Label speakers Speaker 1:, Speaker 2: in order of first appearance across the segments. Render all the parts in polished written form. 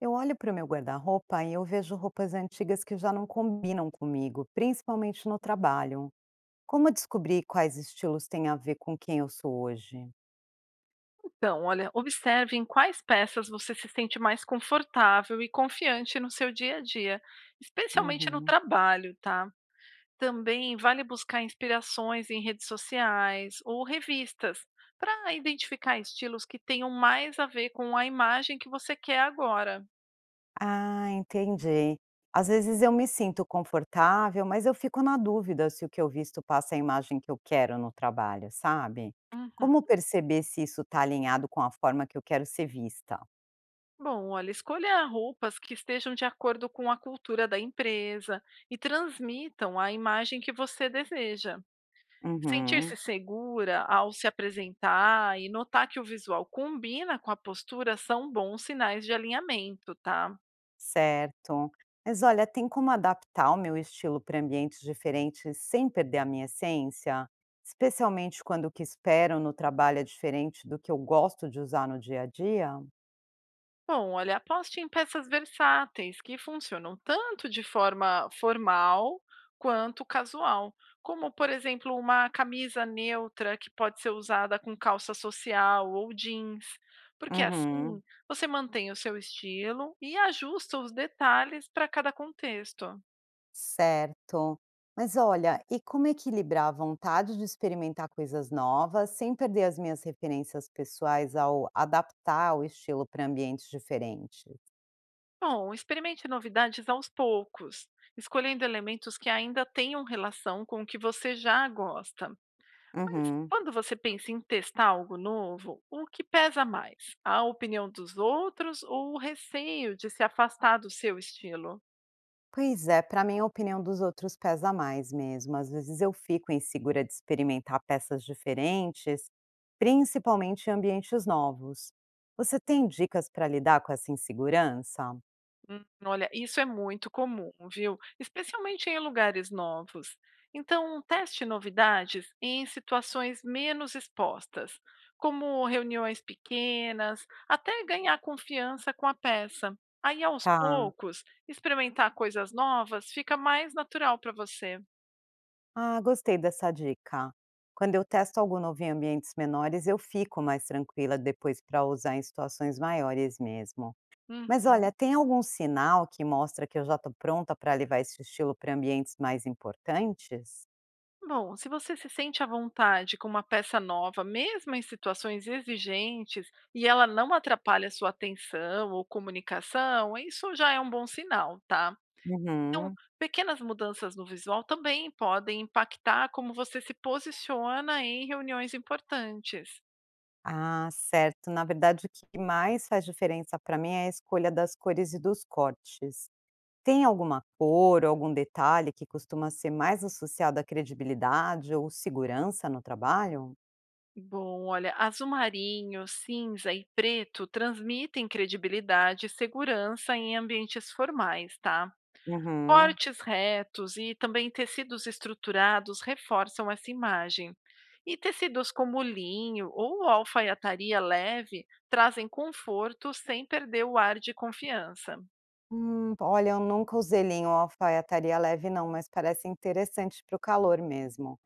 Speaker 1: Eu olho para o meu guarda-roupa e eu vejo roupas antigas que já não combinam comigo, principalmente no trabalho. Como descobrir quais estilos têm a ver com quem eu sou hoje?
Speaker 2: Então, olha, observe em quais peças você se sente mais confortável e confiante no seu dia a dia, especialmente no
Speaker 1: Uhum.
Speaker 2: trabalho, tá? Também vale buscar inspirações em redes sociais ou revistas para identificar estilos que tenham mais a ver com a imagem que você quer agora.
Speaker 1: Ah, entendi. Às vezes eu me sinto confortável, mas eu fico na dúvida se o que eu visto passa a imagem que eu quero no trabalho, sabe?
Speaker 2: Uhum.
Speaker 1: Como perceber se isso está alinhado com a forma que eu quero ser vista?
Speaker 2: Bom, olha, escolha roupas que estejam de acordo com a cultura da empresa e transmitam a imagem que você deseja.
Speaker 1: Uhum.
Speaker 2: Sentir-se segura ao se apresentar e notar que o visual combina com a postura são bons sinais de alinhamento, tá?
Speaker 1: Certo. Mas olha, tem como adaptar o meu estilo para ambientes diferentes sem perder a minha essência? Especialmente quando o que espero no trabalho é diferente do que eu gosto de usar no dia a dia?
Speaker 2: Bom, olha, aposte em peças versáteis que funcionam tanto de forma formal quanto casual, como, por exemplo, uma camisa neutra que pode ser usada com calça social ou jeans, porque assim
Speaker 1: Uhum,
Speaker 2: você mantém o seu estilo e ajusta os detalhes para cada contexto.
Speaker 1: certo. Mas olha, e como equilibrar a vontade de experimentar coisas novas sem perder as minhas referências pessoais ao adaptar o estilo para ambientes diferentes?
Speaker 2: Bom, experimente novidades aos poucos, escolhendo elementos que ainda tenham relação com o que você já gosta. Mas
Speaker 1: Uhum.
Speaker 2: quando você pensa em testar algo novo, o que pesa mais? A opinião dos outros ou o receio de se afastar do seu estilo?
Speaker 1: Pois é, para mim a opinião dos outros pesa mais mesmo. Às vezes eu fico insegura de experimentar peças diferentes, principalmente em ambientes novos. Você tem dicas para lidar com essa insegurança?
Speaker 2: Olha, isso é muito comum, viu? Especialmente em lugares novos. Então, teste novidades em situações menos expostas, como reuniões pequenas, até ganhar confiança com a peça. Aí, aos
Speaker 1: Tá.
Speaker 2: poucos, experimentar coisas novas fica mais natural para você.
Speaker 1: Ah, gostei dessa dica. Quando eu testo algo novo em ambientes menores, eu fico mais tranquila depois para usar em situações maiores mesmo. Mas
Speaker 2: Uhum.
Speaker 1: olha, tem algum sinal que mostra que eu já estou pronta para levar esse estilo para ambientes mais importantes?
Speaker 2: Bom, se você se sente à vontade com uma peça nova, mesmo em situações exigentes, e ela não atrapalha sua atenção ou comunicação, isso já é um bom sinal, tá? Então,
Speaker 1: Uhum.
Speaker 2: pequenas mudanças no visual também podem impactar como você se posiciona em reuniões importantes.
Speaker 1: Ah, certo. Na verdade, o que mais faz diferença para mim é a escolha das cores e dos cortes. Tem alguma cor ou algum detalhe que costuma ser mais associado à credibilidade ou segurança no trabalho?
Speaker 2: Bom, olha, azul marinho, cinza e preto transmitem credibilidade e segurança em ambientes formais, tá?
Speaker 1: Uhum.
Speaker 2: Cortes retos e também tecidos estruturados reforçam essa imagem. E tecidos como linho ou alfaiataria leve trazem conforto sem perder o ar de confiança.
Speaker 1: Olha, eu nunca usei linho ou alfaiataria leve, não, mas parece interessante para o calor mesmo.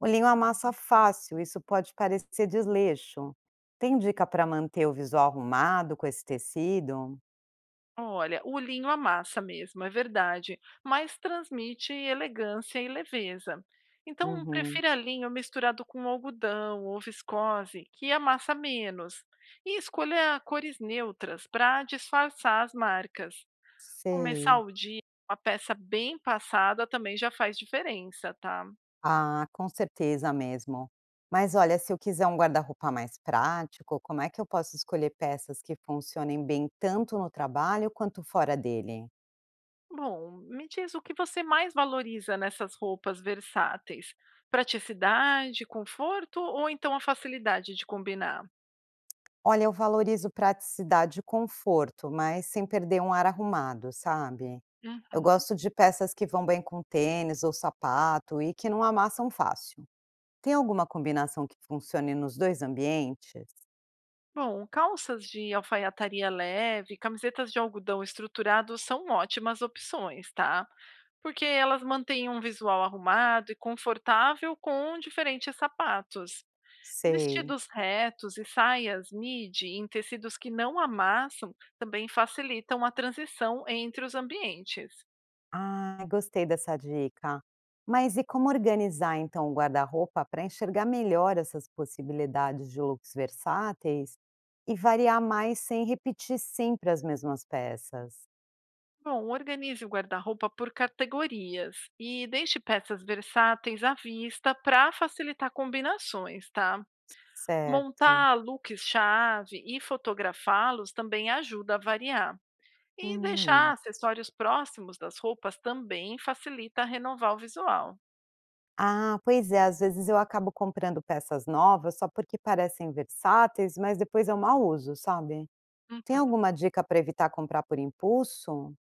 Speaker 1: O linho amassa fácil, isso pode parecer desleixo. Tem dica para manter o visual arrumado com esse tecido?
Speaker 2: Olha, o linho amassa mesmo, é verdade, mas transmite elegância e leveza. Então,
Speaker 1: Uhum,
Speaker 2: prefira linho misturado com algodão ou viscose, que amassa menos. E escolha cores neutras para disfarçar as marcas. Começar
Speaker 1: sei.
Speaker 2: o dia com a peça bem passada também já faz diferença, tá.
Speaker 1: Ah, com certeza mesmo. Mas olha, se eu quiser um guarda-roupa mais prático, como é que eu posso escolher peças que funcionem bem tanto no trabalho quanto fora dele?
Speaker 2: Bom, me diz o que você mais valoriza nessas roupas versáteis? Praticidade, conforto ou então a facilidade de combinar?
Speaker 1: Olha, eu valorizo praticidade e conforto, mas sem perder um ar arrumado, sabe? Eu
Speaker 2: Uhum.
Speaker 1: gosto de peças que vão bem com tênis ou sapato e que não amassam fácil. Tem alguma combinação que funcione nos dois ambientes?
Speaker 2: Bom, calças de alfaiataria leve, camisetas de algodão estruturado são ótimas opções, tá. Porque elas mantêm um visual arrumado e confortável com diferentes sapatos.
Speaker 1: Sei.
Speaker 2: Vestidos retos e saias midi em tecidos que não amassam também facilitam a transição entre os ambientes.
Speaker 1: Ah, gostei dessa dica. Mas e como organizar então o guarda-roupa para enxergar melhor essas possibilidades de looks versáteis e variar mais sem repetir sempre as mesmas peças?
Speaker 2: Bom, organize o guarda-roupa por categorias e deixe peças versáteis à vista para facilitar combinações, tá?
Speaker 1: Certo.
Speaker 2: Montar looks-chave e fotografá-los também ajuda a variar. E deixar
Speaker 1: Hum.
Speaker 2: acessórios próximos das roupas também facilita renovar o visual.
Speaker 1: Ah, pois é, às vezes eu acabo comprando peças novas só porque parecem versáteis, mas depois eu mal uso, sabe? Tem alguma dica para evitar comprar por impulso?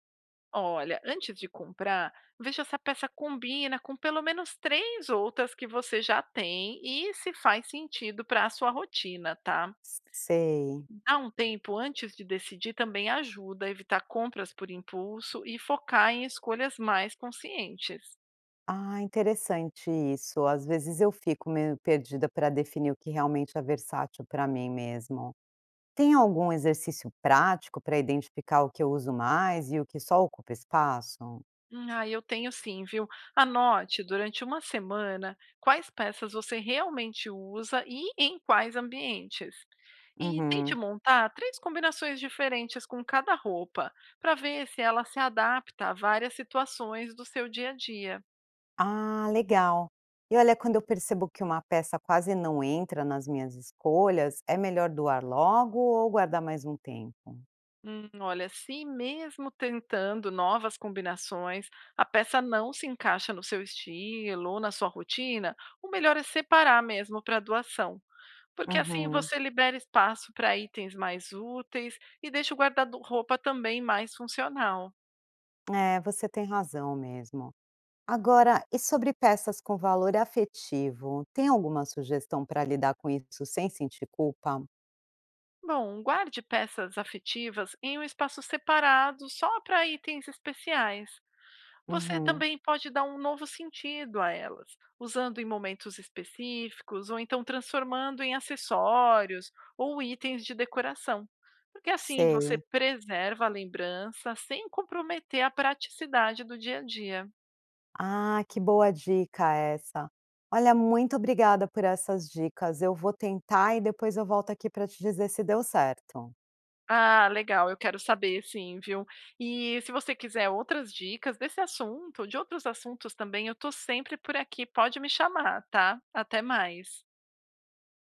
Speaker 2: Olha, antes de comprar, veja se a peça combina com pelo menos três outras que você já tem e se faz sentido para a sua rotina, tá?
Speaker 1: Sei.
Speaker 2: Dar um tempo antes de decidir também ajuda a evitar compras por impulso e focar em escolhas mais conscientes.
Speaker 1: Ah, interessante isso. Às vezes eu fico meio perdida para definir o que realmente é versátil para mim mesmo. Tem algum exercício prático para identificar o que eu uso mais e o que só ocupa espaço?
Speaker 2: Eu tenho sim, viu? Anote durante uma semana quais peças você realmente usa e em quais ambientes. E tente
Speaker 1: Uhum.
Speaker 2: montar três combinações diferentes com cada roupa, para ver se ela se adapta a várias situações do seu dia a dia.
Speaker 1: Ah, legal. E olha, quando eu percebo que uma peça quase não entra nas minhas escolhas, é melhor doar logo ou guardar mais um tempo?
Speaker 2: Olha, se mesmo tentando novas combinações, a peça não se encaixa no seu estilo ou na sua rotina, o melhor é separar mesmo para doação. Porque assim
Speaker 1: Uhum.
Speaker 2: você libera espaço para itens mais úteis e deixa o guarda-roupa também mais funcional.
Speaker 1: É, você tem razão mesmo. Agora, e sobre peças com valor afetivo, tem alguma sugestão para lidar com isso sem sentir culpa?
Speaker 2: Bom, guarde peças afetivas em um espaço separado só para itens especiais. Você
Speaker 1: Uhum.
Speaker 2: também pode dar um novo sentido a elas, usando em momentos específicos ou então transformando em acessórios ou itens de decoração. Porque assim você
Speaker 1: Sei.
Speaker 2: preserva a lembrança sem comprometer a praticidade do dia a dia.
Speaker 1: Ah, que boa dica essa. Olha, muito obrigada por essas dicas. Eu vou tentar e depois eu volto aqui para te dizer se deu certo.
Speaker 2: Ah, legal, eu quero saber sim, viu. E se você quiser outras dicas desse assunto, de outros assuntos também, eu tô sempre por aqui, pode me chamar, tá? Até mais.